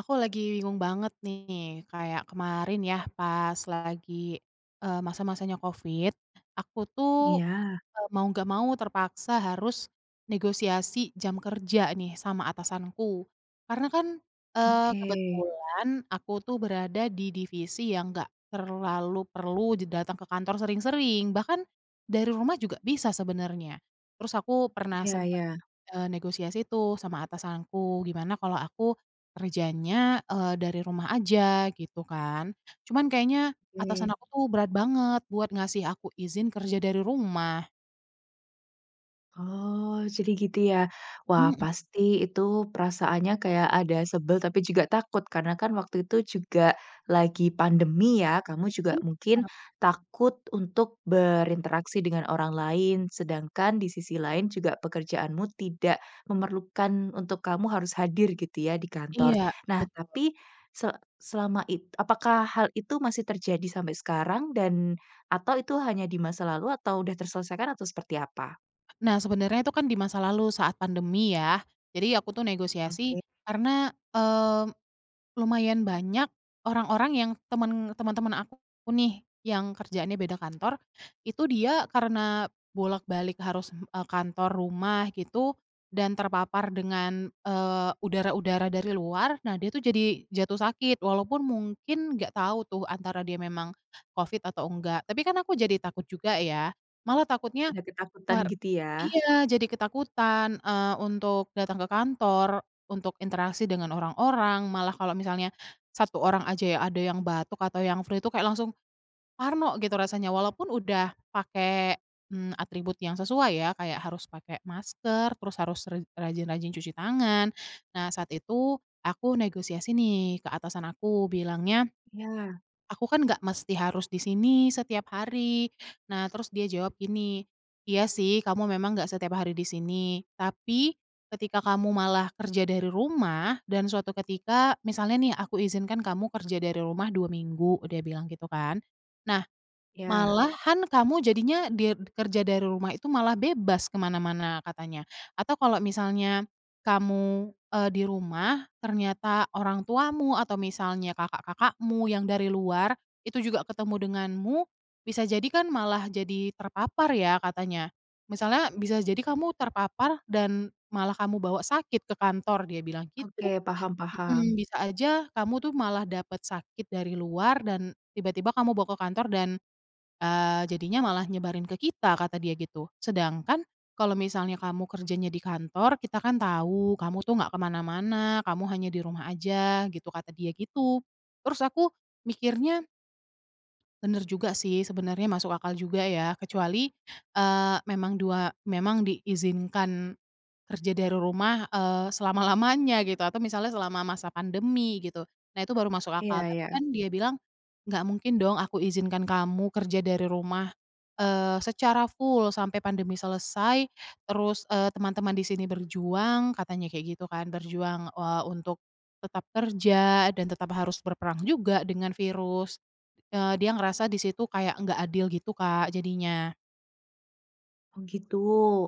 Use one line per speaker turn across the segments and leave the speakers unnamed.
Aku lagi bingung banget nih, kayak kemarin ya pas lagi, masa-masanya Covid, aku tuh
Iya.
Mau nggak mau terpaksa harus negosiasi jam kerja nih sama atasanku. Karena kan,
Oke.
kebetulan aku tuh berada di divisi yang nggak terlalu perlu je datang ke kantor sering-sering, bahkan dari rumah juga bisa sebenarnya. Terus aku pernah
Iya,
sempet,
iya.
negosiasi tuh sama atasanku, gimana kalau aku kerjanya, dari rumah aja gitu kan. Cuman kayaknya atasan
Oke.
aku tuh berat banget buat ngasih aku izin kerja dari rumah.
Oh, jadi gitu ya. Wah,
Mhm,
pasti itu perasaannya kayak ada sebel tapi juga takut karena kan waktu itu juga lagi pandemi ya. Kamu juga mungkin
bener,
takut untuk berinteraksi dengan orang lain, sedangkan di sisi lain juga pekerjaanmu tidak memerlukan untuk kamu harus hadir gitu ya di kantor.
iya,
Nah,
betul.
tapi selama itu apakah hal itu masih terjadi sampai sekarang dan atau itu hanya di masa lalu atau udah terselesaikan atau seperti apa?
Nah, sebenarnya itu kan di masa lalu saat pandemi ya, jadi aku tuh negosiasi
Oke.
karena, eee, lumayan banyak orang-orang yang teman-teman aku nih, yang kerjaannya beda kantor, itu dia karena bolak-balik harus, kantor, rumah gitu, dan terpapar dengan, udara-udara dari luar. Nah, dia tuh jadi jatuh sakit, walaupun mungkin nggak tahu tuh antara dia memang COVID atau enggak, tapi kan aku jadi takut juga ya, malah takutnya
Ada ketakutan
War
gitu ya?
iya, jadi ketakutan, untuk datang ke kantor, untuk interaksi dengan orang-orang. Malah kalau misalnya satu orang aja ya ada yang batuk atau yang flu itu kayak langsung parno gitu rasanya, walaupun udah pakai, atribut yang sesuai ya, kayak harus pakai masker, terus harus rajin-rajin cuci tangan. Nah, saat itu aku negosiasi nih ke atasan aku bilangnya,
Iya,
"Aku kan nggak mesti harus di sini setiap hari." Nah, terus dia jawab gini, "Iya sih, kamu memang nggak setiap hari di sini, tapi ketika kamu malah kerja dari rumah dan suatu ketika" misalnya nih, "aku izinkan kamu kerja dari rumah 2 minggu," dia bilang gitu kan. Nah,
iya.
malahan kamu jadinya kerja dari rumah itu malah bebas kemana mana-mana katanya. Atau kalau misalnya kamu, di rumah ternyata orang tuamu atau misalnya kakak-kakakmu yang dari luar itu juga ketemu denganmu, bisa jadi kan malah jadi terpapar ya katanya. Misalnya bisa jadi kamu terpapar dan malah kamu bawa sakit ke kantor dia bilang gitu.
Oke, paham, paham.
Mhm, bisa aja kamu tuh malah dapet sakit dari luar dan tiba-tiba kamu bawa ke kantor dan jadinya malah nyebarin ke kita kata dia gitu. Sedangkan kalau misalnya kamu kerjanya di kantor, kita kan tahu kamu tuh nggak kemana-mana, kamu hanya di rumah aja gitu kata dia gitu. Terus aku mikirnya bener juga sih, sebenarnya masuk akal juga ya, kecuali, eee, memang dua memang diizinkan kerja dari rumah, selama-lamanya gitu atau misalnya selama masa pandemi gitu. Nah itu baru masuk akal,
Iya,
tapi
iya.
kan dia bilang, "Nggak mungkin dong aku izinkan kamu kerja dari rumah secara full sampai pandemi selesai, terus, teman-teman di sini berjuang," katanya kayak gitu kan, "berjuang, untuk tetap kerja dan tetap harus berperang juga dengan virus." Dia ngerasa di situ kayak nggak adil gitu, Kak, jadinya.
Oh gitu.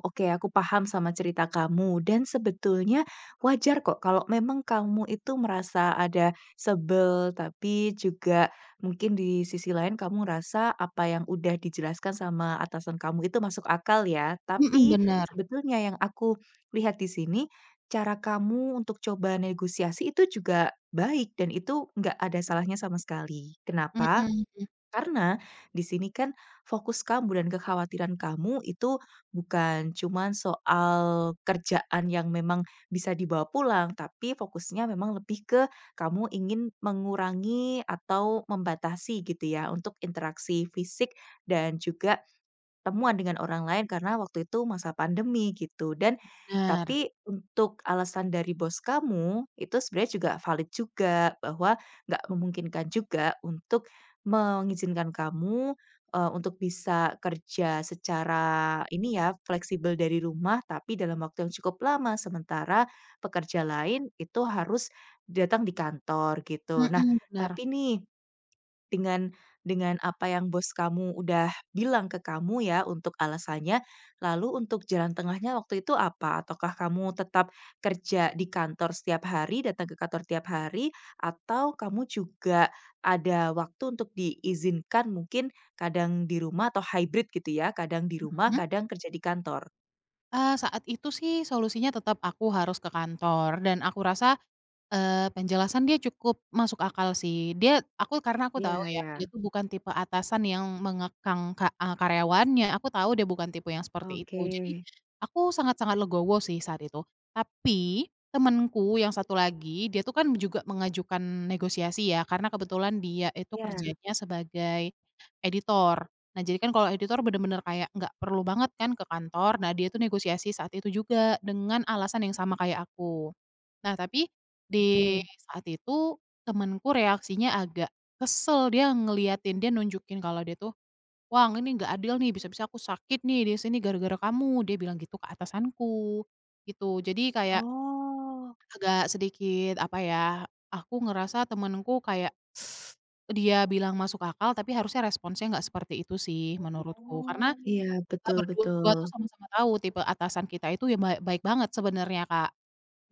Oke, aku paham sama cerita kamu dan sebetulnya wajar kok kalau memang kamu itu merasa ada sebel, tapi juga mungkin di sisi lain kamu ngerasa apa yang udah dijelaskan sama atasan kamu itu masuk akal ya.
Mhm,
Tapi
benar.
sebetulnya yang aku lihat di sini, cara kamu untuk coba negosiasi itu juga baik dan itu nggak ada salahnya sama sekali. Kenapa?
Mhm,
Karena di sini kan fokus kamu dan kekhawatiran kamu itu bukan cuman soal kerjaan yang memang bisa dibawa pulang, tapi fokusnya memang lebih ke kamu ingin mengurangi atau membatasi gitu ya untuk interaksi fisik dan juga temuan dengan orang lain karena waktu itu masa pandemi gitu dan
bener.
tapi untuk alasan dari bos kamu itu sebenarnya juga valid juga bahwa nggak memungkinkan juga untuk mengizinkan kamu, untuk bisa kerja secara ini ya fleksibel dari rumah tapi dalam waktu yang cukup lama sementara pekerja lain itu harus datang di kantor gitu. Nah,
Mhm, bener.
tapi nih dengan dengan apa yang bos kamu udah bilang ke kamu ya untuk alasannya, lalu untuk jalan tengahnya waktu itu apa? Ataukah kamu tetap kerja di kantor setiap hari, datang ke kantor tiap hari, atau kamu juga ada waktu untuk diizinkan mungkin kadang di rumah atau hybrid gitu ya, kadang di rumah,
Mhm?
kadang kerja di kantor?
Saat itu sih solusinya tetap aku harus ke kantor dan aku rasa penjelasan dia cukup masuk akal sih. Aku karena aku tahu
Iya
ya,
ya.
dia tuh bukan tipe atasan yang mengekang karyawannya, aku tahu dia bukan tipe yang seperti itu.
Oke.
Jadi, aku sangat-sangat legowo sih saat itu. Tapi, temenku yang satu lagi, dia tuh kan juga mengajukan negosiasi ya, karena kebetulan dia itu
Iya,
kerjanya sebagai editor. Nah, jadi kan kalau editor bener-bener kayak nggak perlu banget kan ke kantor, nah dia tuh negosiasi saat itu juga dengan alasan yang sama kayak aku. Nah, tapi di
oke.
saat itu temenku reaksinya agak kesel, dia ngeliatin, dia nunjukin kalau dia tuh, "Wah, ini nggak adil nih, bisa-bisa aku sakit nih di sini gara-gara kamu," dia bilang gitu ke atasanku, gitu. Jadi kayak
Oh.
agak sedikit, apa ya, aku ngerasa temenku kayak dia bilang masuk akal, tapi harusnya responsnya nggak seperti itu sih menurutku. Karena
Iya,
kita
betul, betul.
berdua tuh sama-sama tahu tipe atasan kita itu ya baik banget sebenarnya, Kak.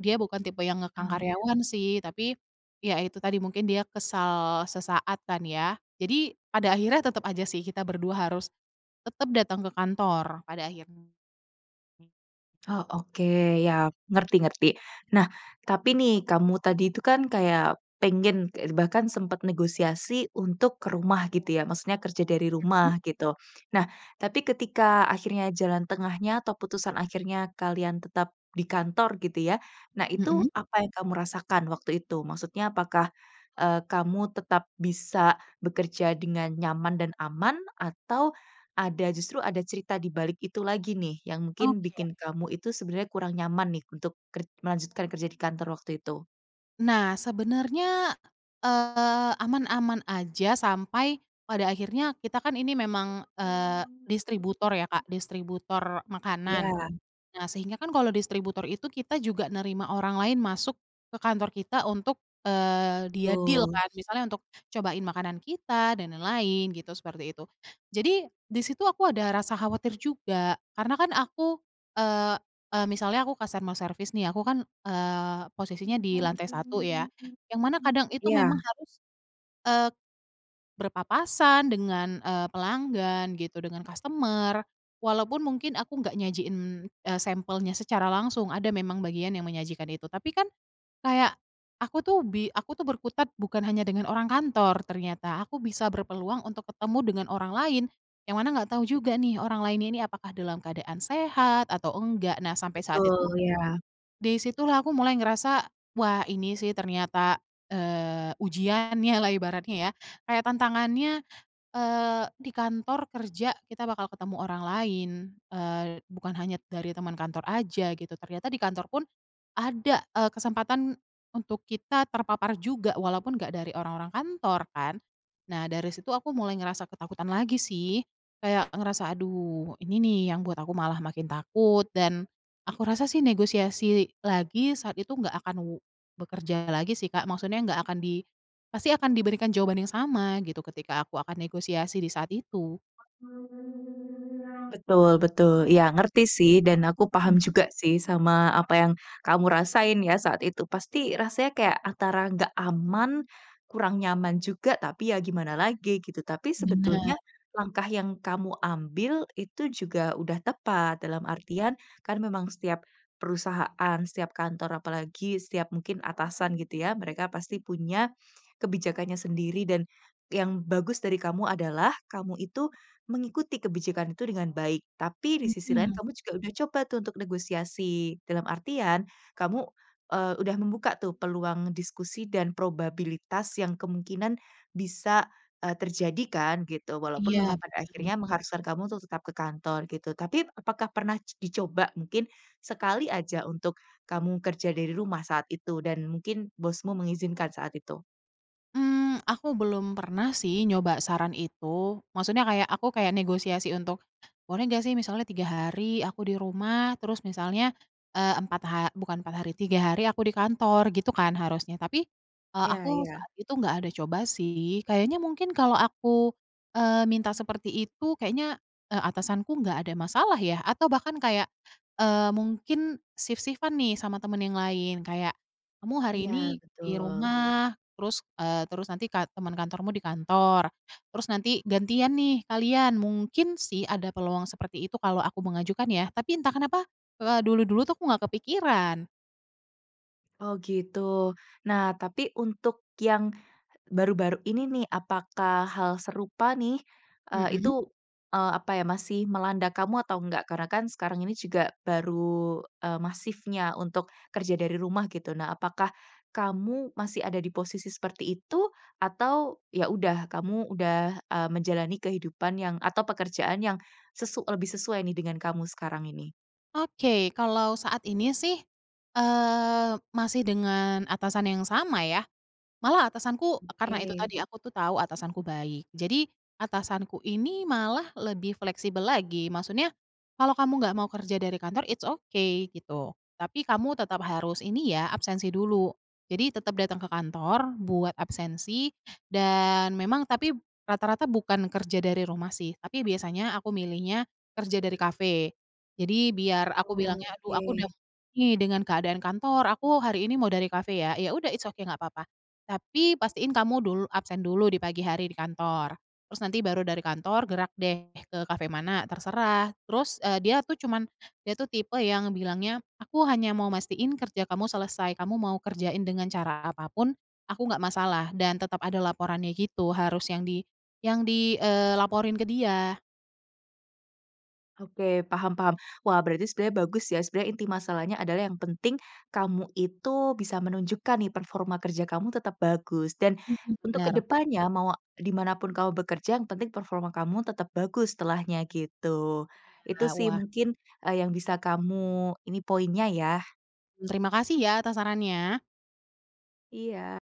Dia bukan tipe yang ngekang
Oh.
karyawan sih, tapi, ya itu tadi mungkin dia kesal sesaat kan ya. Jadi pada akhirnya tetap aja sih kita berdua harus tetap datang ke kantor pada akhirnya.
Oh, oke, ya, ngerti, ngerti. Nah, tapi nih kamu tadi itu kan kayak pengen, bahkan sempat negosiasi untuk ke rumah gitu ya, maksudnya kerja dari rumah gitu. Nah, tapi ketika akhirnya jalan tengahnya atau putusan akhirnya kalian tetap di kantor gitu ya, nah itu
Mhm.
apa yang kamu rasakan waktu itu? Maksudnya apakah, kamu tetap bisa bekerja dengan nyaman dan aman atau ada, justru ada cerita di balik itu lagi nih, yang mungkin
Oke.
bikin kamu itu sebenarnya kurang nyaman nih untuk melanjutkan kerja di kantor waktu itu?
Nah sebenarnya, aman-aman aja sampai pada akhirnya kita kan ini memang, eee, distributor ya Kak, distributor makanan.
Iya,
Nah, sehingga kan kalau distributor itu kita juga nerima orang lain masuk ke kantor kita untuk, dia deal
betul.
kan, misalnya untuk cobain makanan kita dan lain-lain gitu, seperti itu. Jadi di situ aku ada rasa khawatir juga, karena kan aku, eee eee, misalnya aku customer service nih, aku kan, posisinya di lantai satu ya, yang mana kadang itu memang
Iya,
harus, eee berpapasan dengan, pelanggan gitu, dengan customer. Walaupun mungkin aku nggak nyajiin, sampelnya secara langsung, ada memang bagian yang menyajikan itu. Tapi kan kayak aku tuh berkutat bukan hanya dengan orang kantor ternyata, aku bisa berpeluang untuk ketemu dengan orang lain, yang mana nggak tahu juga nih orang lainnya ini apakah dalam keadaan sehat atau enggak. Nah sampai saat itu,
betul, ya.
dari situlah aku mulai ngerasa, wah ini sih ternyata, ujiannya lah ibaratnya ya, kayak tantangannya di kantor kerja kita bakal ketemu orang lain, bukan hanya dari teman kantor aja gitu, ternyata di kantor pun ada, kesempatan untuk kita terpapar juga walaupun nggak dari orang-orang kantor kan. Nah dari situ aku mulai ngerasa ketakutan lagi sih, kayak ngerasa, "Aduh ini nih yang buat aku malah makin takut," dan aku rasa sih negosiasi lagi saat itu nggak akan bekerja lagi sih Kak, maksudnya nggak akan di pasti akan diberikan jawaban yang sama gitu ketika aku akan negosiasi di saat itu.
Betul, betul. Ya ngerti sih dan aku paham
Mmm,
juga sih sama apa yang kamu rasain ya saat itu. Pasti rasanya kayak antara nggak aman, kurang nyaman juga, tapi ya gimana lagi gitu. Tapi
bener,
sebetulnya langkah yang kamu ambil itu juga udah tepat, dalam artian kan memang setiap perusahaan, setiap kantor, apalagi setiap mungkin atasan gitu ya, mereka pasti punya kebijakannya sendiri dan yang bagus dari kamu adalah kamu itu mengikuti kebijakan itu dengan baik, tapi di sisi lain
mhm,
kamu juga udah coba tuh untuk negosiasi. Dalam artian, kamu, udah membuka tuh peluang diskusi dan probabilitas yang kemungkinan bisa, terjadi kan gitu, walaupun
iya
memang pada
bener.
akhirnya mengharuskan kamu untuk tetap ke kantor gitu. Tapi apakah pernah dicoba mungkin sekali aja untuk kamu kerja dari rumah saat itu dan mungkin bosmu mengizinkan saat itu?
Mmm, aku belum pernah sih nyoba saran itu. Maksudnya kayak aku kayak negosiasi untuk, "Boleh nggak sih misalnya 3 hari aku di rumah, terus misalnya, eee, 4 ha bukan 4 hari, 3 hari aku di kantor," gitu kan harusnya. Tapi,
Iya,
aku
iya.
saat itu nggak ada coba sih. Kayaknya mungkin kalau aku, minta seperti itu kayaknya, atasanku nggak ada masalah ya, atau bahkan kayak, mungkin shift-shift-an nih sama temen yang lain, kayak, "Kamu hari
Iya,
ini di
betul.
rumah." Terus, eee, terus nanti ka teman kantormu di kantor, terus nanti gantian nih kalian, mungkin sih ada peluang seperti itu kalau aku mengajukan ya, tapi entah kenapa, dulu-dulu tuh aku nggak kepikiran.
Oh gitu. Nah, tapi untuk yang baru-baru ini nih, apakah hal serupa nih,
Mhm.
itu, apa ya, masih melanda kamu atau enggak? Karena kan sekarang ini juga baru, masifnya untuk kerja dari rumah gitu. Nah, apakah kamu masih ada di posisi seperti itu atau ya udah kamu udah, menjalani kehidupan yang atau pekerjaan yang lebih sesuai nih dengan kamu sekarang ini?
Oke, kalau saat ini sih, masih dengan atasan yang sama ya. Malah atasanku karena itu
Oke.
tadi, aku tuh tahu atasanku baik. Jadi atasanku ini malah lebih fleksibel lagi. Maksudnya, "Kalau kamu nggak mau kerja dari kantor, it's okay," gitu. "Tapi kamu tetap harus ini ya, absensi dulu." Jadi tetap datang ke kantor buat absensi dan memang tapi rata-rata bukan kerja dari rumah sih, tapi biasanya aku milihnya kerja dari kafe. Jadi biar aku
Oh,
bilangnya, "Aduh
oke.
aku udah nih dengan keadaan kantor, aku hari ini mau dari kafe ya." "Ya udah, it's okay, nggak apa-apa tapi pastiin kamu dulu absen dulu di pagi hari di kantor, terus nanti baru dari kantor gerak deh ke kafe mana, terserah." Terus, eee, dia tuh cuman dia tuh tipe yang bilangnya, "Aku hanya mau mastiin kerja kamu selesai, kamu mau kerjain dengan cara apapun aku nggak masalah." Dan tetap ada laporannya gitu, harus yang dilaporin ke dia.
Oke, paham, paham. Wah, berarti sebenarnya bagus ya. Sebenarnya inti masalahnya adalah yang penting kamu itu bisa menunjukkan nih performa kerja kamu tetap bagus. Dan
Mhm.
untuk
Bener,
kedepannya mau dimanapun kamu bekerja, yang penting performa kamu tetap bagus setelahnya gitu. Itu
Kak.
sih
Wah,
mungkin, yang bisa kamu ini poinnya ya.
terima kasih ya atas sarannya.
Iya.